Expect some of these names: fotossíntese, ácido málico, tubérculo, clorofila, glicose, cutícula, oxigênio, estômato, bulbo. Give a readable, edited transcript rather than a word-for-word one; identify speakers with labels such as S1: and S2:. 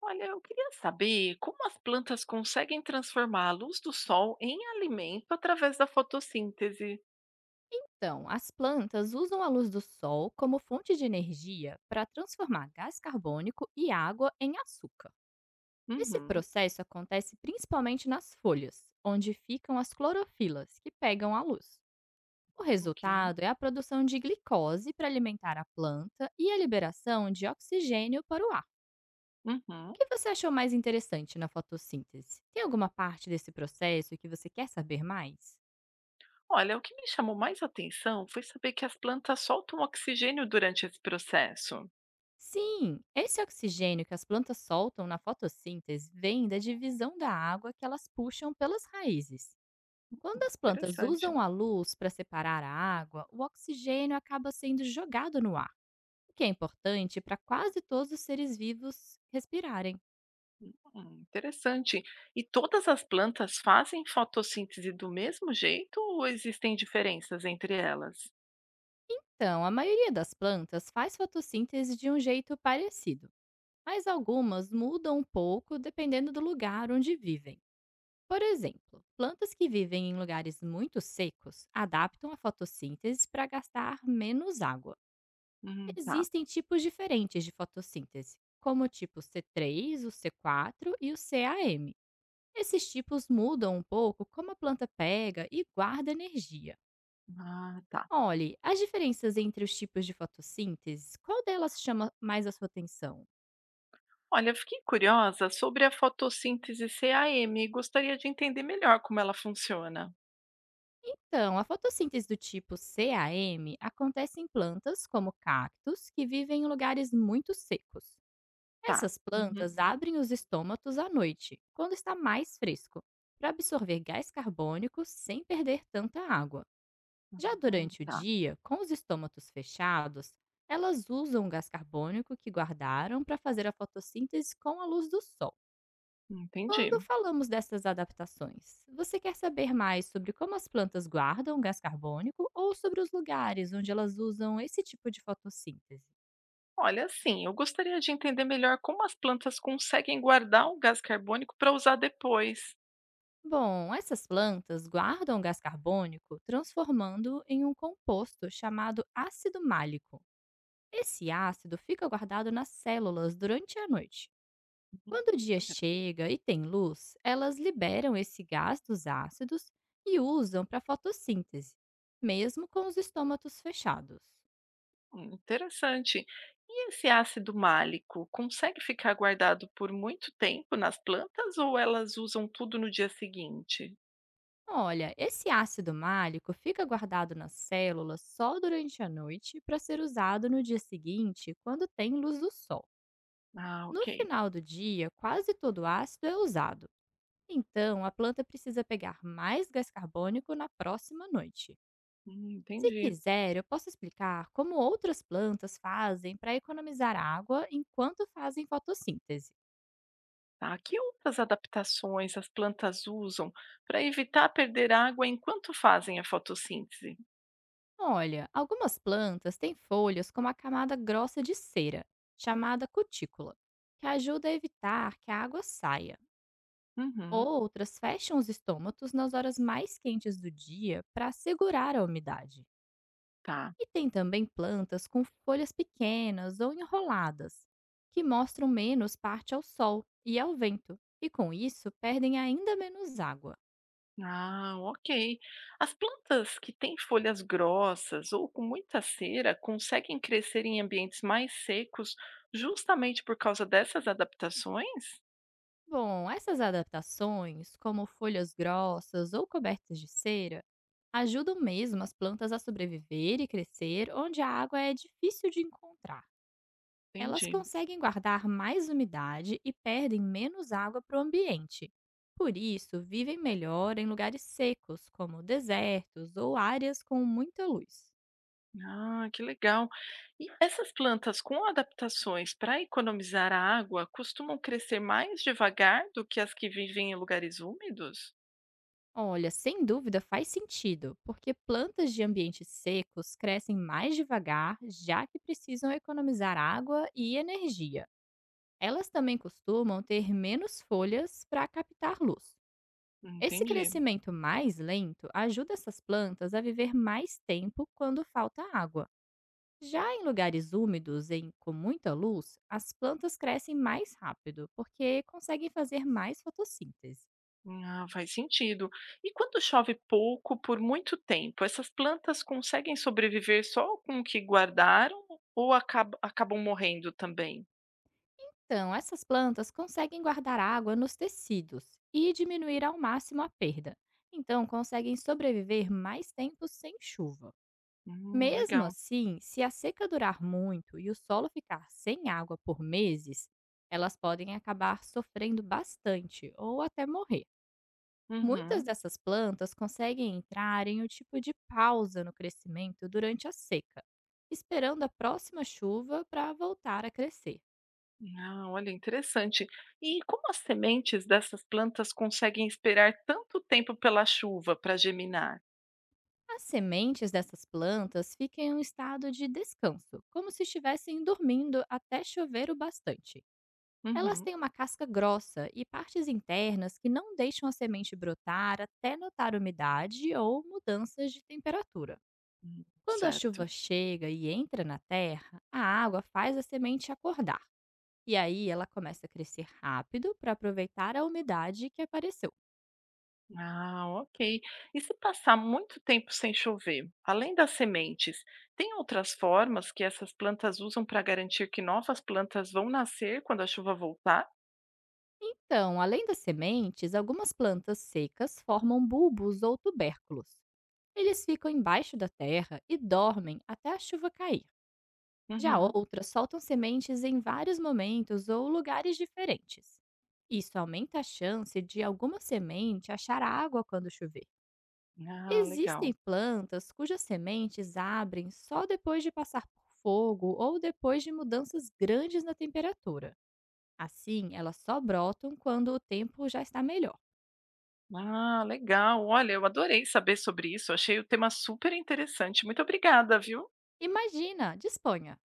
S1: Olha, eu queria saber como as plantas conseguem transformar a luz do sol em alimento através da fotossíntese.
S2: Então, as plantas usam a luz do sol como fonte de energia para transformar gás carbônico e água em açúcar. Esse
S1: Uhum,
S2: processo acontece principalmente nas folhas, onde ficam as clorofilas, que pegam a luz. O
S1: ok.
S2: resultado é a produção de glicose para alimentar a planta e a liberação de oxigênio para o ar. O
S1: Uhum.
S2: que você achou mais interessante na fotossíntese? Tem alguma parte desse processo que você quer saber mais?
S1: Olha, o que me chamou mais atenção foi saber que as plantas soltam oxigênio durante esse processo.
S2: Sim, esse oxigênio que as plantas soltam na fotossíntese vem da divisão da água que elas puxam pelas raízes. Quando as plantas
S1: Interessante.
S2: usam a luz para separar a água, o oxigênio acaba sendo jogado no ar, o que é importante para quase todos os seres vivos respirarem.
S1: Interessante. E todas as plantas fazem fotossíntese do mesmo jeito ou existem diferenças entre elas?
S2: Então, a maioria das plantas faz fotossíntese de um jeito parecido, mas algumas mudam um pouco dependendo do lugar onde vivem. Por exemplo, plantas que vivem em lugares muito secos adaptam a fotossíntese para gastar menos água.
S1: Tá.
S2: Existem tipos diferentes de fotossíntese, como o tipo C3, o C4 e o CAM. Esses tipos mudam um pouco como a planta pega e guarda energia.
S1: Ah, tá.
S2: Olhe, as diferenças entre os tipos de fotossíntese, qual delas chama mais a sua atenção?
S1: Olha, eu fiquei curiosa sobre a fotossíntese CAM e gostaria de entender melhor como ela funciona.
S2: Então, a fotossíntese do tipo CAM acontece em plantas como cactos que vivem em lugares muito secos.
S1: Tá.
S2: Essas
S1: Uhum.
S2: plantas abrem os estômatos à noite, quando está mais fresco, para absorver gás carbônico sem perder tanta água. Já
S1: Ah,
S2: durante o
S1: tá.
S2: dia, com os estômatos fechados, elas usam o gás carbônico que guardaram para fazer a fotossíntese com a luz do sol. Quando
S1: Entendi.
S2: falamos dessas adaptações, você quer saber mais sobre como as plantas guardam gás carbônico ou sobre os lugares onde elas usam esse tipo de fotossíntese?
S1: Olha, sim, eu gostaria de entender melhor como as plantas conseguem guardar o gás carbônico para usar depois.
S2: Bom, essas plantas guardam gás carbônico transformando em um composto chamado ácido málico. Esse ácido fica guardado nas células durante a noite. Quando o dia
S1: Olha,
S2: chega e tem luz, elas liberam esse gás dos ácidos e usam para fotossíntese, mesmo com os estômatos fechados.
S1: interessante. E esse ácido málico consegue ficar guardado por muito tempo nas plantas ou elas usam tudo no dia seguinte?
S2: Olha, esse ácido málico fica guardado nas células só durante a noite para ser usado no dia seguinte, quando tem luz do sol.
S1: Ah, ok.
S2: No final do dia, quase todo o ácido é usado. Então, a planta precisa pegar mais gás carbônico na próxima noite. Se
S1: Entendi.
S2: quiser, eu posso explicar como outras plantas fazem para economizar água enquanto fazem fotossíntese.
S1: Tá? Que outras adaptações as plantas usam para evitar perder água enquanto fazem a fotossíntese?
S2: Olha, algumas plantas têm folhas com uma camada grossa de cera, chamada cutícula, que ajuda a evitar que a água saia.
S1: Uhum,
S2: Outras fecham os estômatos nas horas mais quentes do dia para segurar a umidade.
S1: tá.
S2: E tem também plantas com folhas pequenas ou enroladas, que mostram menos parte ao sol e ao vento, e com isso perdem ainda menos água.
S1: Ah, ok. As plantas que têm folhas grossas ou com muita cera conseguem crescer em ambientes mais secos justamente por causa dessas adaptações?
S2: Bom, essas adaptações, como folhas grossas ou cobertas de cera, ajudam mesmo as plantas a sobreviver e crescer onde a água é difícil de encontrar. Elas
S1: Entendi.
S2: conseguem guardar mais umidade e perdem menos água para o ambiente. Por isso, vivem melhor em lugares secos, como desertos ou áreas com muita luz.
S1: Ah, que legal. E essas plantas com adaptações para economizar a água costumam crescer mais devagar do que as que vivem em lugares úmidos?
S2: Olha, sem dúvida faz sentido, porque plantas de ambientes secos crescem mais devagar, já que precisam economizar água e energia. Elas também costumam ter menos folhas para captar luz. Esse
S1: Entendi.
S2: crescimento mais lento ajuda essas plantas a viver mais tempo quando falta água. Já em lugares úmidos em com muita luz, as plantas crescem mais rápido porque conseguem fazer mais fotossíntese.
S1: Ah, faz sentido. E quando chove pouco por muito tempo, essas plantas conseguem sobreviver só com o que guardaram ou acabam morrendo também?
S2: Então, essas plantas conseguem guardar água nos tecidos e diminuir ao máximo a perda. Então, conseguem sobreviver mais tempo sem chuva. Mesmo
S1: Legal.
S2: assim, se a seca durar muito e o solo ficar sem água por meses, elas podem acabar sofrendo bastante ou até morrer. Muitas
S1: Uhum.
S2: dessas plantas conseguem entrar em um tipo de pausa no crescimento durante a seca, esperando a próxima chuva para voltar a crescer.
S1: Ah, olha, interessante. E como as sementes dessas plantas conseguem esperar tanto tempo pela chuva para germinar?
S2: As sementes dessas plantas ficam em um estado de descanso, como se estivessem dormindo até chover o bastante. Elas
S1: Uhum.
S2: têm uma casca grossa e partes internas que não deixam a semente brotar até notar umidade ou mudanças de temperatura. Quando a chuva
S1: Certo.
S2: chega e entra na terra, a água faz a semente acordar. E aí ela começa a crescer rápido para aproveitar a umidade que apareceu.
S1: Ah, ok. E se passar muito tempo sem chover, além das sementes, tem outras formas que essas plantas usam para garantir que novas plantas vão nascer quando a chuva voltar?
S2: Então, além das sementes, algumas plantas secas formam bulbos ou tubérculos. Eles ficam embaixo da terra e dormem até a chuva cair. Já
S1: Uhum.
S2: outras soltam sementes em vários momentos ou lugares diferentes. Isso aumenta a chance de alguma semente achar água quando chover.
S1: Ah, legal.
S2: Existem plantas cujas sementes abrem só depois de passar por fogo ou depois de mudanças grandes na temperatura. Assim, elas só brotam quando o tempo já está melhor.
S1: Ah, legal. Olha, eu adorei saber sobre isso. Achei o tema super interessante. Muito obrigada, viu?
S2: Imagina, disponha!